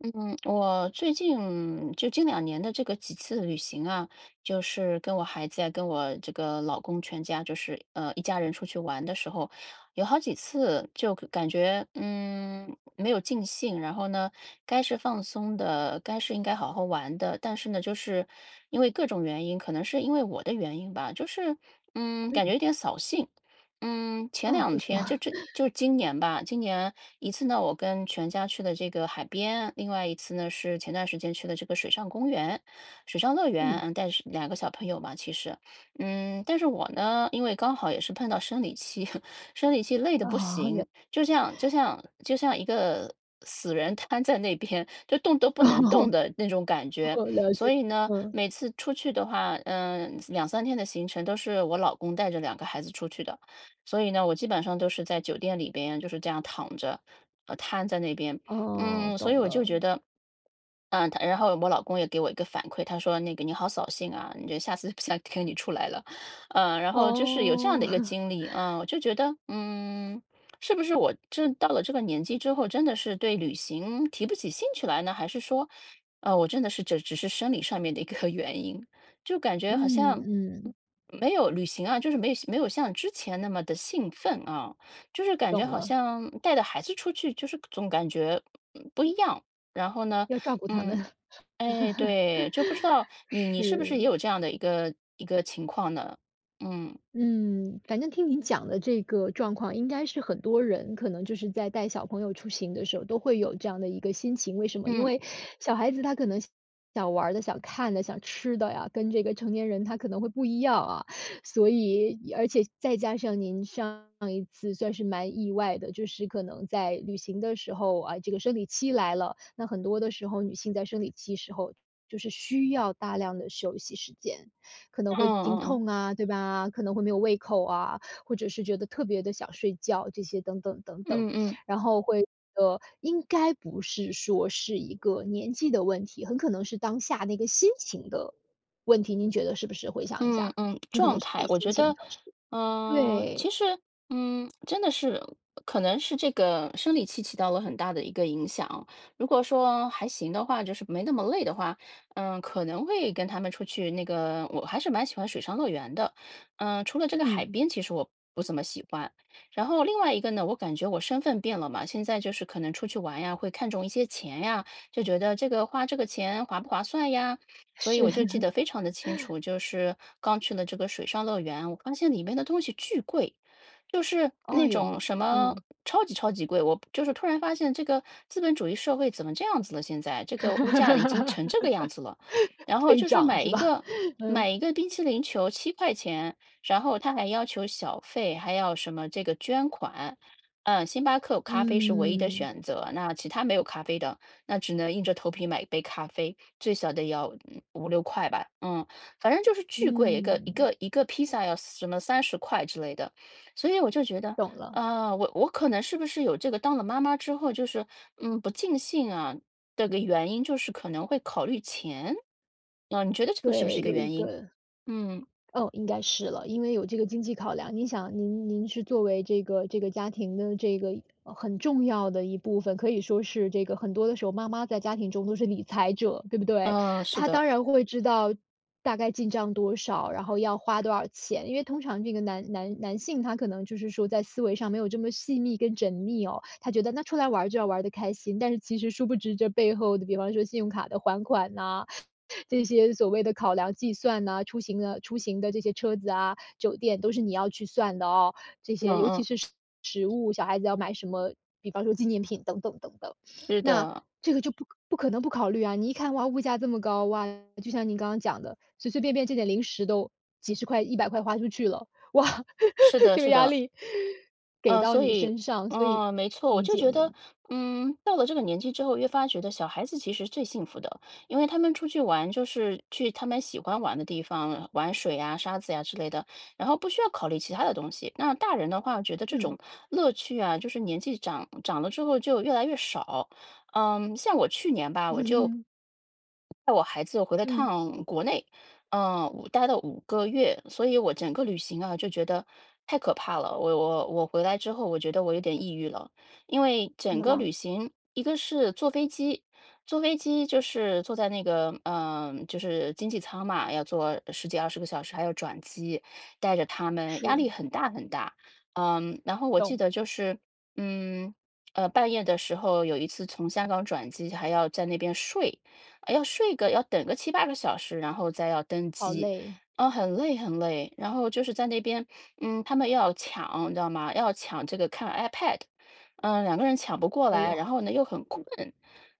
嗯，我最近就近2年的这个几次旅行啊，就是跟我孩子呀、跟我这个老公全家，就是一家人出去玩的时候，有好几次就感觉没有尽兴。然后呢，该是放松的，该是应该好好玩的，但是呢，就是因为各种原因，可能是因为我的原因吧，就是感觉嗯，有点扫兴。嗯，前哦，两为什天就么？这 就是今年吧，今年一次呢，我跟全家去的这个海边，另外一次呢是前段时间去的这个水上公园、水上乐园。嗯。嗯，带是两个小朋友嘛，其实，嗯，但是我呢，因为刚好也是碰到生理期，生理期累得嗯，不哦，行，就像一个死人瘫在那边，就动都 不哦，能动的那种感觉。哦，了所解，以呢，嗯，每次出去的话，2-3天的行程都是我老公带着两个孩子出去的。所以呢，我基本上都是在酒店里边就是这样躺着，瘫在那边。哦，嗯，所以懂我就了，觉得，然后我老公也给我一个反馈，他说那个你好扫兴啊，你这下次不想 跟你出来了。嗯，然后就是有这样哦，的一个经 历，嗯，我就觉得，嗯，是不是我这到了这个年纪之后，真的是对旅行提不起兴趣来呢？还是说，我真的是这只是生理上面的一个 原因？就感觉好嗯像嗯嗯，没有旅行啊，就是没有像之前那么的兴奋啊，就是感觉懂好了，像带着孩子出去，就是总感觉不一样。然后呢，要照顾他们，嗯，哎，对，就不知 道你是不是也是。有这样的一个情况呢？嗯嗯，反正听您讲的这个状况，应该是很多人可能就是在带小朋友出行的时候都会有这样的一个心情。为什么？因嗯为小孩子他可能想玩儿的、想看的、想吃的呀，跟这个成年人他可能会不一样啊。所以，而且再加上您上一次算是蛮意外的，就是可能在旅行的时候啊，这个生理期来了，那很多的时候女性在生理期时候就是需要大量的休息时间。可能嗯会经嗯痛嗯啊，对吧？可能会没有胃口啊，或者是觉得特别的想睡觉，这些等等等等。嗯嗯。然后会应该不是说是一个年纪的问题，很可能是当下那个心情的问题，您觉得是不是？回想一嗯下，嗯，很可状能是自态，己我心觉情的得，事。嗯、对，其实，嗯，真的是，可能是这个生理期起到了很大的一个影响。如果说还行的话，就是没那么累的话，嗯、可能会跟他们出去那个，我还是蛮喜欢水上乐园的。嗯、除了这个海嗯，边，其实我不怎么喜欢。然后另外一个呢，我感觉我身份变了嘛，现在就是可能出去玩呀，会看重一些钱呀，就觉得这个花这个钱划不划算呀。所以是，我就记得 非常的清楚，就是刚去了这个水上乐园，我发现里面的东西巨贵，就是那哎呦，种什么嗯，超级超级贵。我就是突然发现，这个资本主义社会怎么这样子了？现在这个物价已经成这个 样子了。然后飞就是涨是吧？嗯，买一个冰淇淋球7块钱，然后他还要求小费，还要什么这个捐款。嗯，星巴克咖啡是唯一的嗯，选择，那其他没有咖啡的。那只能硬着头皮买一杯咖啡，最小的也要5-6块吧。嗯，反正就是巨贵，嗯，一个披萨要什么30块之类的。所以我就觉得，懂了，啊，我可能是不是有这个当了妈妈之后就是，嗯，不尽兴啊，这个原因就是可能会考虑钱。嗯，你觉得这个是不是一对，个有一原因？个嗯，哦，应该是了，因为有这个经济考量。您想，您是作为这个家庭的这个很重要的一部分，可以说是这个很多的时候，妈妈在家庭中都是理财者，对不对？嗯，是她的，当然会知道大概进账多少，然后要花多少钱，因为通常这个男性他可能就是说在思维上没有这么细密跟缜密哦，他觉得那出来玩儿就要玩的开心，但是其实殊不知这背后的，比方说信用卡的还款呐、这些所谓的考量计算呐，出行的这些车子啊、酒店都是你要去算的哦。这嗯些尤其嗯，是食物，小孩子要买什么，比方说纪念品等等等等。是那的，这个就不可能不考虑啊，你一看，哇，物价这么高，哇，就像您刚刚讲的，随随便便这点零食都几十块、100块花出去了，哇，是 的这个是压的。力给到所你以，身上，所以嗯，没错，我理就解觉得，您。嗯，到了这个年纪之后，越发觉得小孩子其实是最幸福的，因为他们出去玩就是去他们喜欢玩的地方，玩水啊、沙子呀之类的，然后不需要考虑其他的东西。那大人的话，我觉得这嗯 种乐趣啊，就是年纪长长了之后就越来越少。嗯，像我去年吧，我就 带我孩子回了嗯，趟国内。嗯，我待了五个月，所以我整个旅行啊就觉得太可怕了。我回来之后，我觉得我有点抑郁了。因为怎整么个了？旅行，一个是坐飞机，坐飞机就是坐在那个就是经济舱嘛，要坐十几20个小时，还要转机，带着他们压是，力很大很大。嗯，然后我记懂，得就是嗯。半夜的时候有一次从香港转机，还要在那边睡，要睡个要等个7-8个小时，然后再要登好机，累，哦，很累很累。然后就是在那边，嗯，他们要抢，你知道吗？要抢这个看 iPad。嗯，两个人抢不过哎呦。来，然后呢又很困，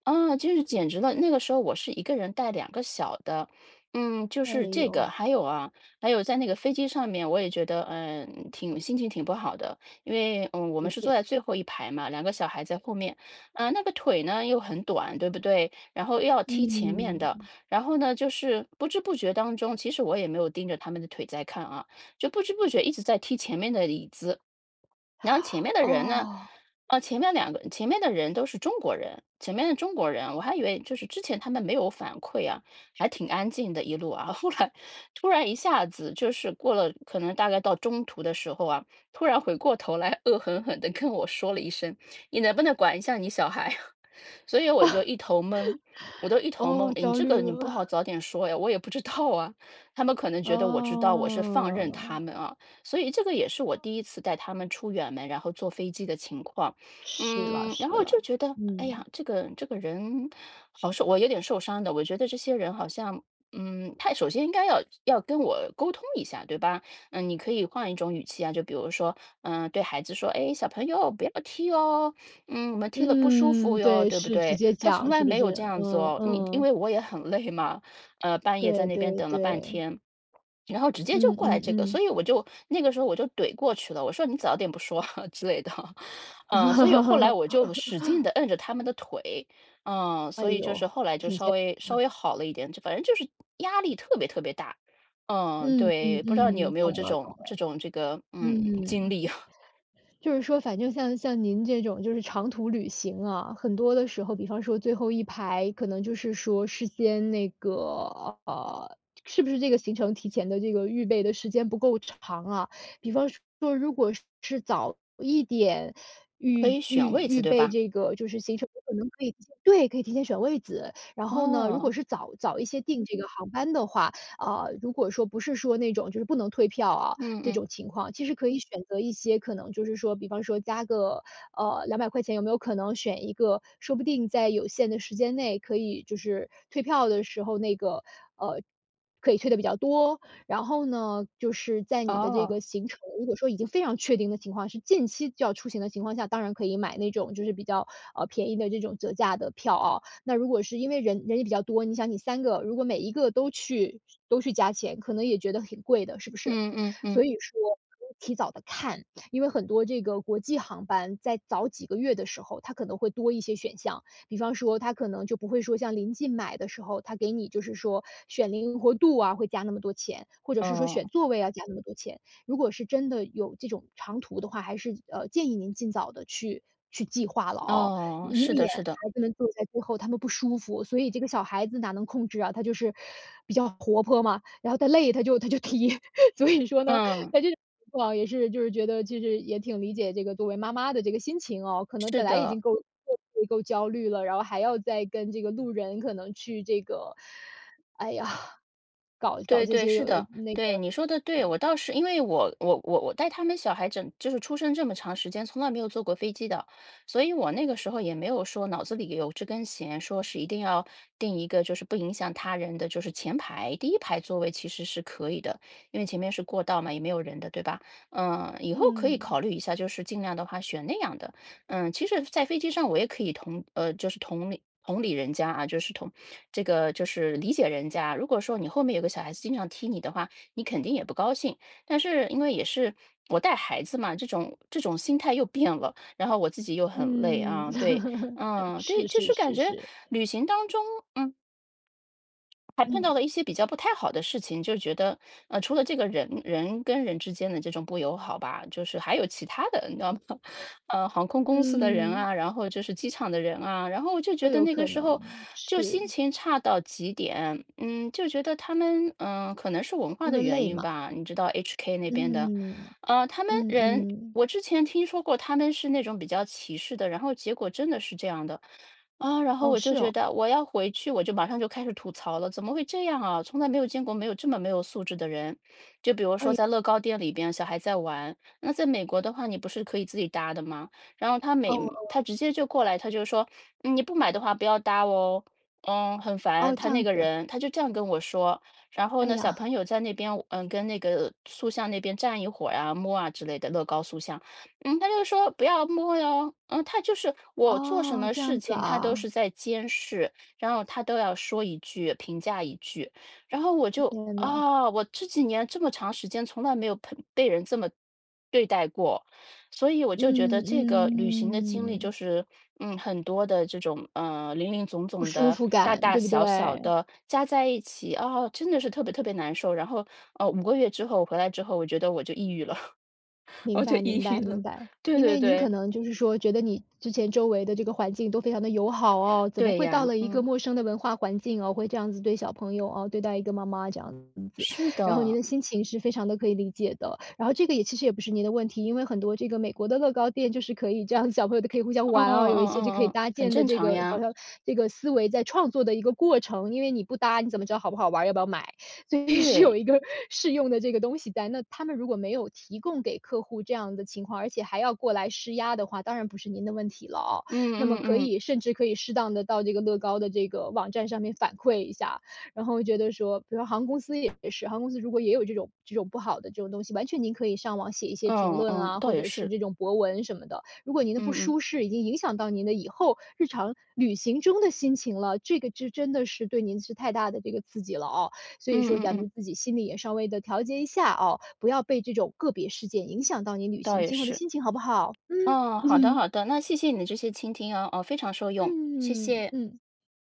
啊，就是简直了。那个时候我是一个人带两个小的。嗯，就哎是这呦，个。还有啊，还有在那个飞机上面，我也觉得，嗯，挺心情挺不好的，因为，嗯，我们理是坐解，在最后一排嘛两个小孩在后面。那个腿呢又很短，对不对？然后又要踢前面嗯，的，然后呢，就是不知不觉当中，其实我也没有盯着他们的腿在看啊，就不知不觉一直在踢前面的椅子。然后前面的人呢，哦，前面的人都是中国人，前面的中国人，我还以为就是之前他们没有反馈啊，还挺安静的一路啊，后来突然一下子就是过了，可能大概到中途的时候啊，突然回过头来，恶狠狠地跟我说了一声。你能不能管一下你小孩？所以我就一头懵，我都一头懵。哦，诶，你焦这个虑你不好了，早点说呀，我也不知道啊。他们可能觉得我知道，我是放任哦，他们啊。所以这个也是我第一次带他们出远门，然后坐飞机的情况。是了嗯，然是后了，就觉得，哎呀，嗯，这个人好受，我有点受伤的。我觉得这些人好像。嗯，他首先应该要跟我沟通一下，对吧？嗯，你可以换一种语气啊，就比如说，嗯，对孩子说，哎，小朋友不要踢哦，嗯，我们踢了不舒服嗯，哟，对，对不是直对？接他从讲来是不没有是？这样子嗯哦，你因嗯，为我也很累嘛，半夜在对那边对等了半对，天，然后直接就嗯过来嗯这个，嗯，所以我就那个时候我就怼过去了，我说你早点不说 之类的。嗯、所以后来我 就使劲的摁着他们的腿。嗯、哎所以就呦，是后来就挺健稍微好了一点，就反正就是压力特别特别大。嗯，嗯嗯对，不知道你有嗯，没有懂这了懂种这了，种这个经嗯。历啊？就是说，反正像您这种就是长途旅行啊，很多的时候，比方说最后一排，可能就是说事先那个是不是这个行程提前的这个预备的时间不够长啊？比方说，如果是早一点 可预以预选位子预对备吧？这个就是行程，可能可以提前对，可以提前选位子。然后呢，如果哦，是早早一些订这个航班的话，啊、如果说不是说那种就是不能退票啊，嗯这嗯。种情况。其实可以选择一些可能就是说，比方说加个，200块钱有没有可能选一个，说不定在有限的时间内可以就是退票的时候那个，呃，可以退的比较多。然后呢，就是在你的这哦，个行程，如果说已经非常确定的情况，是近期就要出行的情况下，当然可以买那种就是比较，便宜的这种折价的票啊。那如果是因为人也比较多，你想你三个，如果每一个都去都去加钱，可能也觉得挺贵的，是不是？嗯嗯嗯，所以说可以提早的看，因为很多这个国际航班在早几个月的时候，它可能会多一些选项。比方说它可能就不会说像临近买的时候，它给你就是说选灵活度啊，会加那么多钱，或者是说哦，选座位要加那么多钱。如果是真的有这种长途的话，还是，建议您尽早的去计划了哦，哦，以是免的是的，孩子们坐在最后他们不舒服。所以这个小孩子哪能控制啊，他就是比较活泼嘛，然后他累他就提，所以说呢，嗯，在这种情况也是就是觉得其实也挺理解这个作为妈妈的这个心情哦，可能本来已的，经够焦虑了，然后还要再跟这个路人可能去这个，哎呀，搞搞对这对，些是有的的，那个对，你说的对。我倒是因为我我带他们小孩整就是出生这么长时间，从来没有坐过飞机的，所以我那个时候也没有说脑子里有这根弦，说是一定要定一个就是不影响他人的，就是前排第一排座位其实是可以的，因为前面是过道嘛，也没有人的，对吧？嗯，以后可以嗯，考虑一下，就是尽量的话选那样的。嗯，其实在飞机上我也可以同就是同理人家啊，就是同这个就是理解人家。如果说你后面有个小孩子经常踢你的话，你肯定也不高兴。但是因为也是我带孩子嘛，这种心态又变了，然后我自己又很累嗯，啊，对，嗯，对，是就是是感是觉是，旅行当中，嗯，还碰嗯，到了一些比较不太好的事情，就觉得，除了这个人人跟人之间的这种不友好吧，就是还有其他的，你知道吗？航空公司的人嗯，啊，然后就是机场的人啊，然后我就都觉得有那个可时候能，就是，心情差到极点。嗯，就觉得他们，嗯、可能是文化因的为原累因嘛，吧，你知道 HK 那边的，嗯，他们嗯人。嗯，我之前听说过他们是那种比较歧视的，然后结果真的是这样的，啊，然后哦，我就是觉哦，得我要回去，我就马上就开始吐槽了，怎么会这样啊？从来没有见过没有这么没有素质的人。就比如说哎，在乐高店里边，小孩在玩，那在美国的话，你不是可以自己搭的吗？然后哦，他直接就过来，他就说，嗯你不买的话不要搭哦，嗯，很烦。哦，他这那样个子，人他就这样跟我说。然后哎呢，小呀。朋友在那边，嗯，跟那个塑像那边站一会儿啊，摸啊之类的乐高塑像。嗯，他就说不要摸哟，嗯，他就是我做什哦，么这样事子情，他都啊，是在监视，然后他都要说一句，评价一句，然后我就天呐，啊、我这几年这么长时间从来没有被人这么对待过。所以我就觉得嗯这个旅行的经历就嗯，是，嗯，很多的这种零零总不总舒的服大感，大对不对？小小的加在一起，啊、真的是特别特别难受。然后五个月之后回来之后，我觉得我就抑郁了。明我就白明抑郁白了，明白，对因对为您可对，能就是说觉得你之前周围的这个环境都非常的友好哦，怎么对会到呀，了一个嗯，陌生的文化环境哦，会这样子对小朋友哦，对待一个妈妈这样是然后您的，的心情是非常的可以理解的。然后这个也其实也不是您的问题，因为很多这个美国的乐高店就是可以这样小朋友都可以互相嗯嗯玩啊，有一些嗯就可以嗯，搭很建的正这常个好呀，像这个思维在创作的一个过程，因为你不搭，你怎么知道好不好玩要不要买？所以是有对，一个 适用的这个东西在。那他们如果没有提供给客户这样的情况，而且还要过来施压的话，当然不是您的问题了哦。嗯那么可嗯嗯，以甚至可以适当的到这个乐高的这个网站上面反馈一下，然后觉得说，比如说航空公司也是，航空公司如果也有这种这种不好的这种东西，完全您可以上网写一些评嗯论嗯，啊，倒或也者是是，这种博文什么的。如果您的不嗯嗯舒适已经影响到您的以后日常旅行中的心情了，这个就真的是对您是太大的这个刺激了哦。所以嗯说嗯咱嗯，们自己心里也稍微的调节一下哦，不要被这种个别事件影响到你旅倒行也今后的是，心情，好不好？嗯 嗯，好的嗯好的，那谢谢你的这些倾听啊，哦，非常受用，谢嗯，谢。嗯。